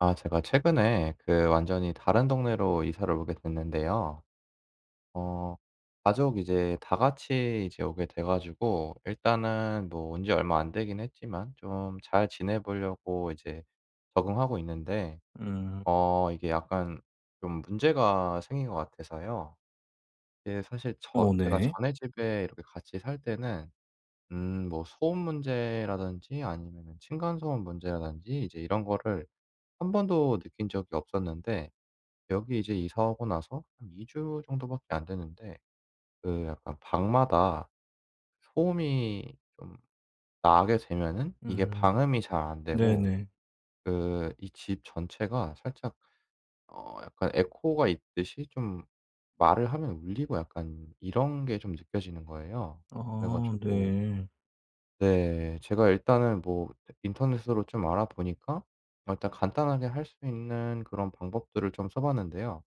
아 제가 최근에 그 완전히 다른 동네로 이사를 오게 됐는데요. 어 가족 이제 다 같이 이제 오게 돼 가지고 일단은 뭐 온 지 얼마 안 되긴 했지만 좀 잘 지내 보려고 이제 적응하고 있는데 음. 이게 약간 좀 문제가 생긴 것 같아서요. 이게 사실 어 제가 네. 전에 집에 이렇게 같이 살 때는 뭐 소음 문제라든지 아니면은 층간소음 문제라든지 이제 이런 거를 한 번도 느낀 적이 없었는데 여기 이제 이사하고 나서 한 2주 정도밖에 안 됐는데 그 약간 방마다 소음이 좀 나게 되면은 이게 음. 방음이 잘 안 되고 네네. 그 이 집 전체가 살짝 약간 에코가 있듯이 좀 말을 하면 울리고 약간 이런 게 좀 느껴지는 거예요. 그래 아 가지고 네. 네, 제가 일단은 뭐 인터넷으로 좀 알아보니까 일단 간단하게 할 수 있는 그런 방법들을 좀 써 봤는데요.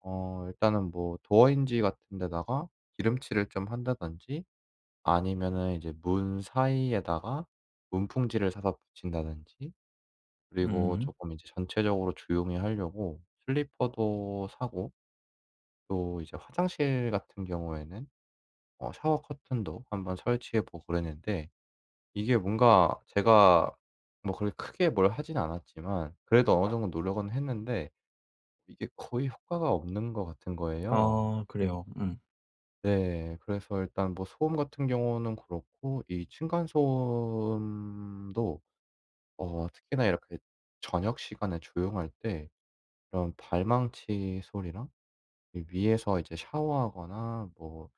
일단은 뭐 도어인지 같은 데다가 기름칠을 좀 한다든지 아니면은 이제 문 사이에다가 문풍지를 사서 붙인다든지, 그리고 음. 조금 이제 전체적으로 조용히 하려고 슬리퍼도 사고, 또 이제 화장실 같은 경우에는 샤워 커튼도 한번 설치해 보고 그랬는데 이게 뭔가 제가 뭐 그렇게 크게 뭘 하진 않았지만 그래도 어느 정도 노력은 했는데 이게 거의 효과가 없는 것 같은 거예요. 아 그래요. 음. 네. 그래서 일단 뭐 소음 같은 경우는 그렇고 이 층간 소음도 특히나 이렇게 저녁 시간에 조용할 때 이런 발망치 소리랑 이 위에서 이제 샤워하거나 뭐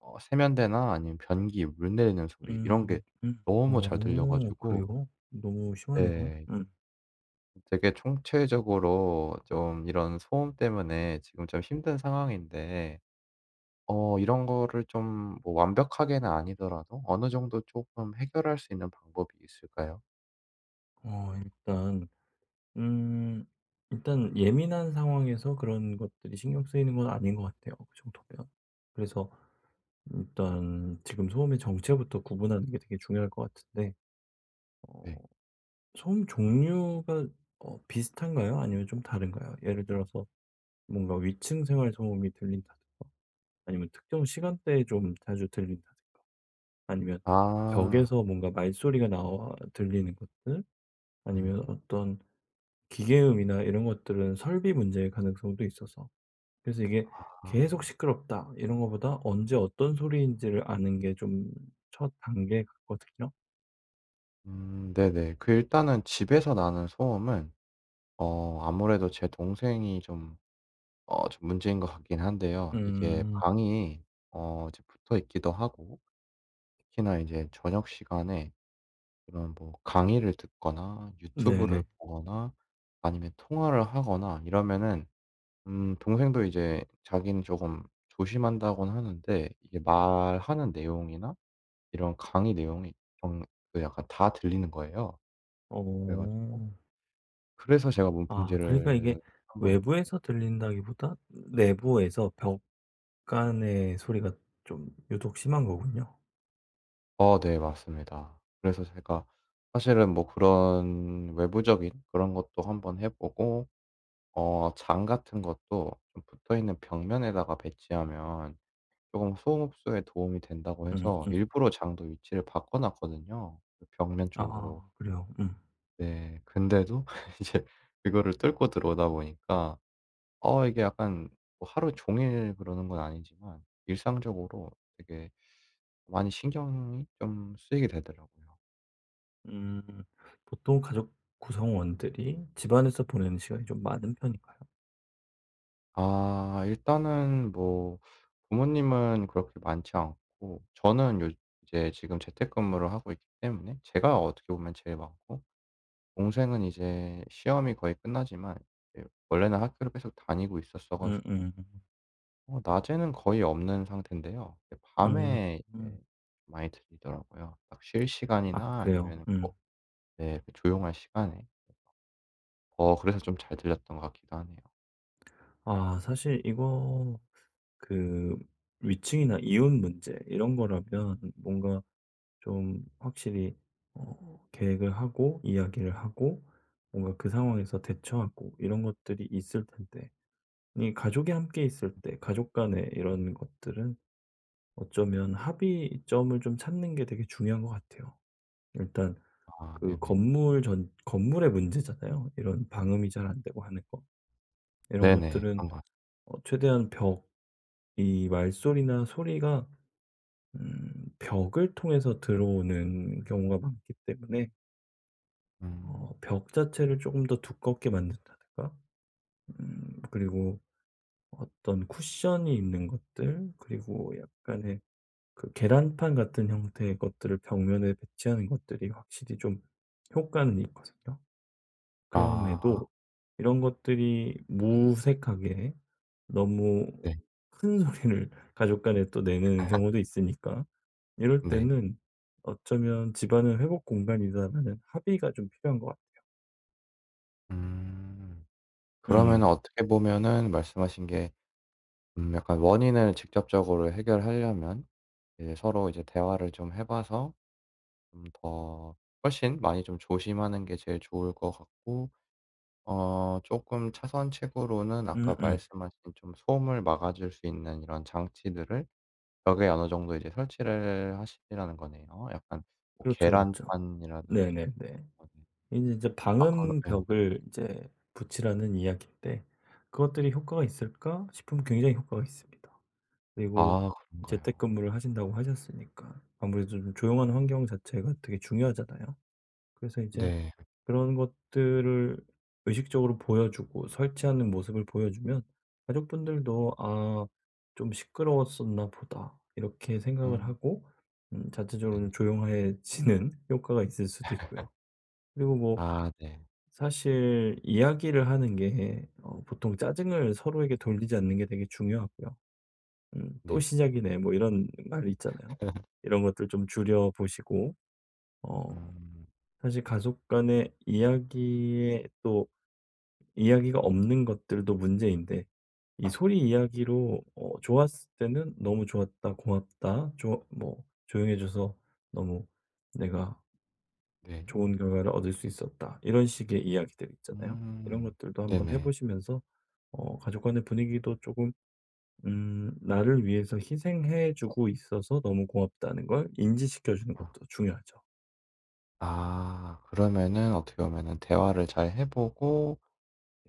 세면대나 아니면 변기 물 내리는 소리 이런 게 음. 음. 너무 잘 들려 어 가지고, 그래요? 너무 심하네요. 네, 음. 되게 총체적으로 좀 이런 소음 때문에 지금 좀 힘든 상황인데 이런 거를 좀 뭐 완벽하게는 아니더라도 어느 정도 조금 해결할 수 있는 방법이 있을까요? 일단 음 일단 예민한 상황에서 그런 것들이 신경 쓰이는 건 아닌 것 같아요, 그 정도면. 그래서 일단 지금 소음의 정체부터 구분하는 게 되게 중요할 것 같은데 어 네. 소음 종류가 비슷한가요? 아니면 좀 다른가요? 예를 들어서 뭔가 위층 생활 소음이 들린다든가 아니면 특정 시간대에 좀 자주 들린다든가 아니면 아. 벽에서 뭔가 말소리가 나와 들리는 것들 아니면 네네. 어떤 기계음이나 이런 것들은 설비 문제의 가능성도 있어서 그래서 이게 아. '계속 시끄럽다.' 이런 것보다 언제 어떤 소리인지를 아는 게 좀 첫 단계 같거든요. 음. 네네. 그 일단은 집에서 나는 소음은 아무래도 제 동생이 좀 좀 문제인 것 같긴 한데요. 이게 음. 방이 이제 붙어 있기도 하고, 특히나 이제 저녁 시간에 그런 뭐 강의를 듣거나 유튜브를 네네. 보거나 아니면 통화를 하거나 이러면은 동생도 이제 자기는 조금 조심한다고는 하는데 이게 말하는 내용이나 이런 강의 내용이 좀 그 약간 다 들리는 거예요. 그래 가지고, 어. 그래서 제가 아 그러니까 이게 문풍지를 한 건데 외부에서 들린다기보다 내부에서 벽간의 소리가 좀 유독 심한 거군요. 네, 맞습니다. 그래서 제가 사실은 뭐 그런 외부적인 그런 것도 한번 해 보고 장 같은 것도 좀 붙어있는 벽면에다가 배치하면 조금 소음 흡수에 도움이 된다고 음 해서 음. 일부러 장도 위치를 바꿔 놨거든요, 그 벽면 쪽으로. 아 그래요. 음. 네. 근데도 이제 그거를 뚫고 들어오다 보니까 이게 약간 뭐 하루 종일 그러는 건 아니지만 일상적으로 되게 많이 신경이 좀 쓰이게 되더라고요. 음. 보통 가족 구성원들이 집안에서 보내는 시간이 좀 많은 편인가요? 아 일단은 뭐 부모님은 그렇게 많지 않고, 저는 요 이제 지금 재택근무를 하고 있기 때문에 제가 어떻게 보면 제일 많고, 동생은 이제 시험이 거의 끝나지만 이제 원래는 학교를 계속 다니고 있었어 음 가지고 음. 낮에는 거의 없는 상태인데요. 이제 음 밤에 이제 음. 많이 들리더라고요. 딱 쉴 아 시간이나 그래요. 아니면은 음. 뭐, 네, 그 조용한 시간에. 그래서 좀 잘 들렸던 것 같기도 하네요. 아 사실 이거 그 위층이나 이웃 문제 이런 거라면 뭔가 좀 확실히 계획을 하고 이야기를 하고 뭔가 그 상황에서 대처하고 이런 것들이 있을 텐데 이 가족이 함께 있을 때 가족 간의 이런 것들은 어쩌면 합의점을 좀 찾는 게 되게 중요한 것 같아요. 일단 아 그 네네. 건물 전 건물의 문제잖아요. 이런 방음이 잘 안 되고 하는 거. 이런 네네. 것들은 그런 것 같아요. 어 최대한 벽 이 말소리나 소리가 벽을 통해서 들어오는 경우가 많기 때문에 어 음. 벽 자체를 조금 더 두껍게 만든다든가 그리고 어떤 쿠션이 있는 것들 그리고 약간의 그 계란판 같은 형태의 것들을 벽면에 배치하는 것들이 확실히 좀 효과는 있거든요. 아 그럼에도 이런 것들이 무색하게 너무 네. 큰 소리를 가족 간에 또 내는 경우도 있으니까 이럴 네. 때는 어쩌면 '집안은 회복 공간이다.'라는 합의가 좀 필요한 것 같아요. 음. 음. 그러면은 어떻게 보면은 말씀하신 게 약간 원인을 직접적으로 해결하려면 이제 서로 이제 대화를 좀 해 봐서 좀 더 훨씬 많이 좀 조심하는 게 제일 좋을 것 같고, 조금 차선책으로는 아까 음음. 말씀하신 좀 소음을 막아줄 수 있는 이런 장치들을 벽에 어느 정도 이제 설치를 하시라는 거네요. 약간 뭐 그렇죠, 그렇죠. 계란판이라든지. 네네네. 뭐, 네. 이제 아 네. 방음벽을 이제 붙이라는 이야기인데 그것들이 효과가 있을까 싶으면 굉장히 효과가 있습니다. 그리고 아, 그런가요? 재택근무를 하신다고 하셨으니까 아무래도 좀 조용한 환경 자체가 되게 중요하잖아요. 그래서 이제 네. 그런 것들을 의식적으로 보여주고 설치하는 모습을 보여주면 가족분들도 '아 좀 시끄러웠었나 보다.' 이렇게 생각을 음 하고 자체적으로 네네. 좀 조용해지는 효과가 있을 수도 있고요. 그리고 뭐 아 네. 사실 이야기를 하는 게 어 보통 짜증을 서로에게 돌리지 않는 게 되게 중요하고요. "또 네. 시작이네." 뭐 이런 말 있잖아요. 이런 것들 좀 줄여 보시고 어 음 사실 가족 간의 이야기에 또 이야기가 없는 것들도 문제인데 이 소리 이야기로 어 좋았을 때는 '너무 좋았다. 고맙다. 조 뭐 조용해 져서 너무 내가 네. 좋은 결과를 얻을 수 있었다.' 이런 식의 이야기들 있잖아요. 이런 음 것들도 한번 해 네네. 보시면서 어 가족 간의 분위기도 조금 '나를 위해서 희생해 주고 있어서 너무 고맙다.'는 걸 인지시켜 주는 아. 것도 중요하죠. 아 그러면은 어떻게 보면은 대화를 잘 해 보고,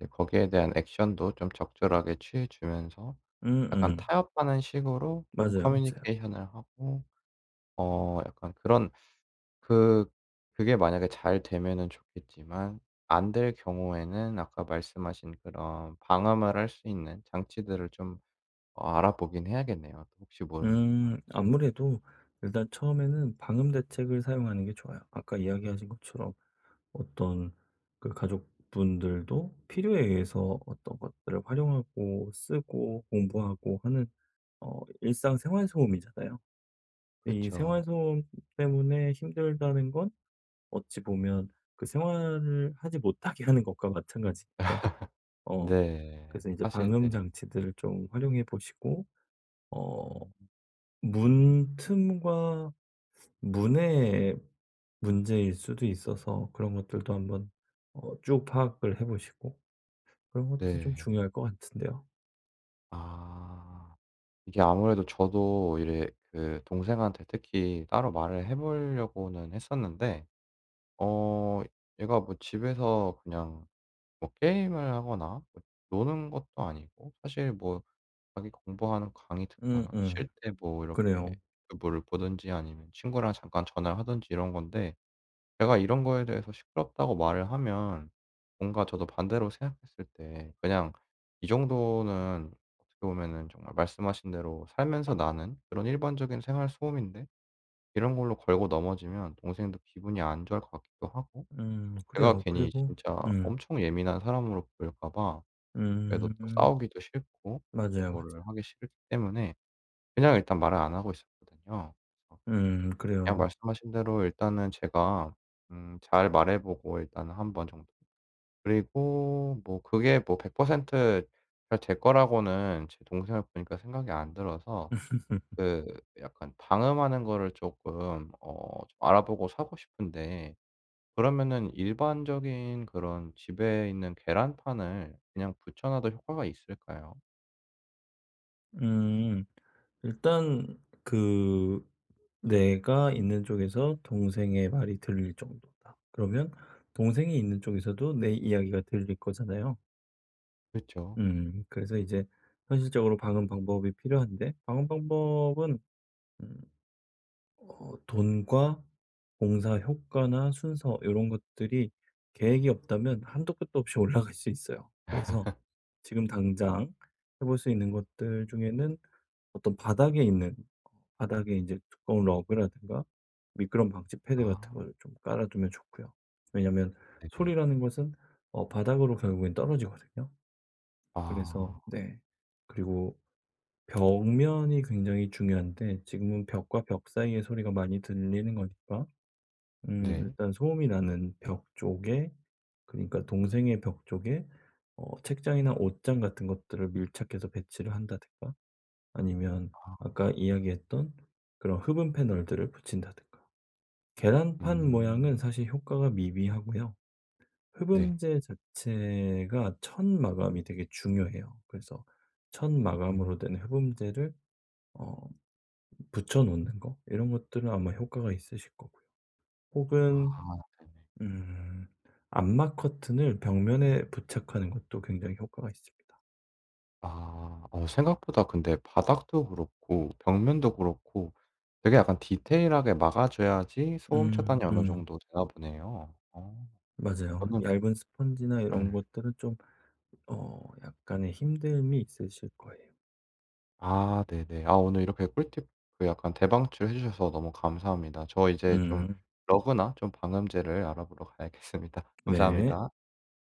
예, 거기에 대한 액션도 좀 적절하게 취해 주면서 약간 음음. 타협하는 식으로 좀 맞아요, 맞아요. 커뮤니케이션을 하고 약간 그런 그 그게 만약에 잘 되면은 좋겠지만, 안 될 경우에는 아까 말씀하신 그런 방음을 할 수 있는 장치들을 좀 알아보긴 해야겠네요, 혹시 모르니까. 아무래도 일단 처음에는 방음 대책을 사용하는 게 좋아요. 아까 이야기하신 것처럼 어떤 그 가족분들도 필요에 의해서 어떤 것들을 활용하고 쓰고 공부하고 하는 어, 일상 생활 소음이잖아요. 이 그쵸. 생활 소음 때문에 힘들다는 건 어찌 보면 그 생활을 하지 못하게 하는 것과 마찬가지니까. 어, 네. 그래서 이제 사실 방음 네. 장치들을 좀 활용해 보시고 어, 음 문 틈과 문의 문제일 수도 있어서 그런 것들도 한번 어 쭉 파악을 해 보시고 그런 것들이 좀 네. 중요할 것 같은데요. 아. 이게 아무래도 저도 이래 그 동생한테 특히 따로 말을 해 보려고는 했었는데 어 얘가 뭐 집에서 그냥 뭐 게임을 하거나 뭐 노는 것도 아니고, 사실 뭐 자기 공부하는 강의 듣거나 음음. 쉴 때 뭐 이렇게 그래요. 유튜브를 보든지 아니면 친구랑 잠깐 전화를 하든지 이런 건데, 제가 이런 거에 대해서 시끄럽다고 말을 하면 뭔가 저도 반대로 생각했을 때 그냥 이 정도는 어떻게 보면은 정말 말씀하신 대로 살면서 나는 그런 일반적인 생활 소음인데 이런 걸로 걸고 넘어지면 동생도 기분이 안 좋아할 것 같기도 하고, 제가 그래요. 괜히 그리고 진짜 음. 엄청 예민한 사람으로 보일까 봐, 그래도 또 음. 싸우기도 싫고 그런 맞아요, 맞아요. 거를 하기 싫기 때문에 그냥 일단 말을 안 하고 있었거든요. 그냥 그래요. 말씀하신 대로 일단은 제가 잘 말해 보고, 일단은 한 번 정도. 그리고 뭐 그게 뭐 100% 잘 될 거라고는 제 동생을 보니까 생각이 안 들어서 그 약간 방음하는 거를 조금 좀 알아보고 사고 싶은데, 그러면은 일반적인 그런 집에 있는 계란판을 그냥 붙여 놔도 효과가 있을까요? 음. 일단 그 내가 있는 쪽에서 동생의 말이 들릴 정도다. 그러면 동생이 있는 쪽에서도 내 이야기가 들릴 거잖아요. 그쵸. 음. 그래서 이제 현실적으로 방음 방법이 필요한데 방음 방법은 음 어 돈과 공사 효과나 순서 이런 것들이 계획이 없다면 한도 끝도 없이 올라갈 수 있어요. 그래서 지금 당장 해볼 수 있는 것들 중에는 어떤 바닥에 있는 바닥에 이제 두꺼운 러그라든가 미끄럼 방지 패드 같은 아 걸 좀 깔아 두면 좋고요. 왜냐면 네네. 소리라는 것은 어 바닥으로 결국엔 떨어지거든요. 그래서 아 네. 그리고 벽면이 굉장히 중요한데 지금은 벽과 벽 사이의 소리가 많이 들리는 거니까 네. 일단 소음이 나는 벽 쪽에 그러니까 동생의 벽 쪽에 어 책장이나 옷장 같은 것들을 밀착해서 배치를 한다든가 아니면 아 아까 네네. 이야기했던 그런 흡음 패널들을 붙인다든가. 계란판 음. 모양은 사실 효과가 미비하고요. 네. 흡음재 자체가 천 마감이 되게 중요해요. 그래서 천 음. 마감으로 된 흡음재를 어 붙여 놓는 거 이런 것들은 아마 효과가 있으실 거고요. 혹은 아. 음 암막 커튼을 벽면에 부착하는 것도 굉장히 효과가 있습니다. 아. 생각보다 근데 바닥도 그렇고 벽면도 그렇고 되게 약간 디테일하게 막아 줘야지 소음 음 차단이 어느 음. 정도 되나 보네요. 어. 맞아요. 저는 얇은 스펀지나 네. 이런 것들은 좀 어 약간의 힘듦이 있으실 거예요. 아 네네. 아 오늘 이렇게 꿀팁 그 약간 대방출해 주셔서 너무 감사합니다. 저 이제 좀 음. 러그나 좀 방음제를 알아보러 가야겠습니다. 네. 감사합니다.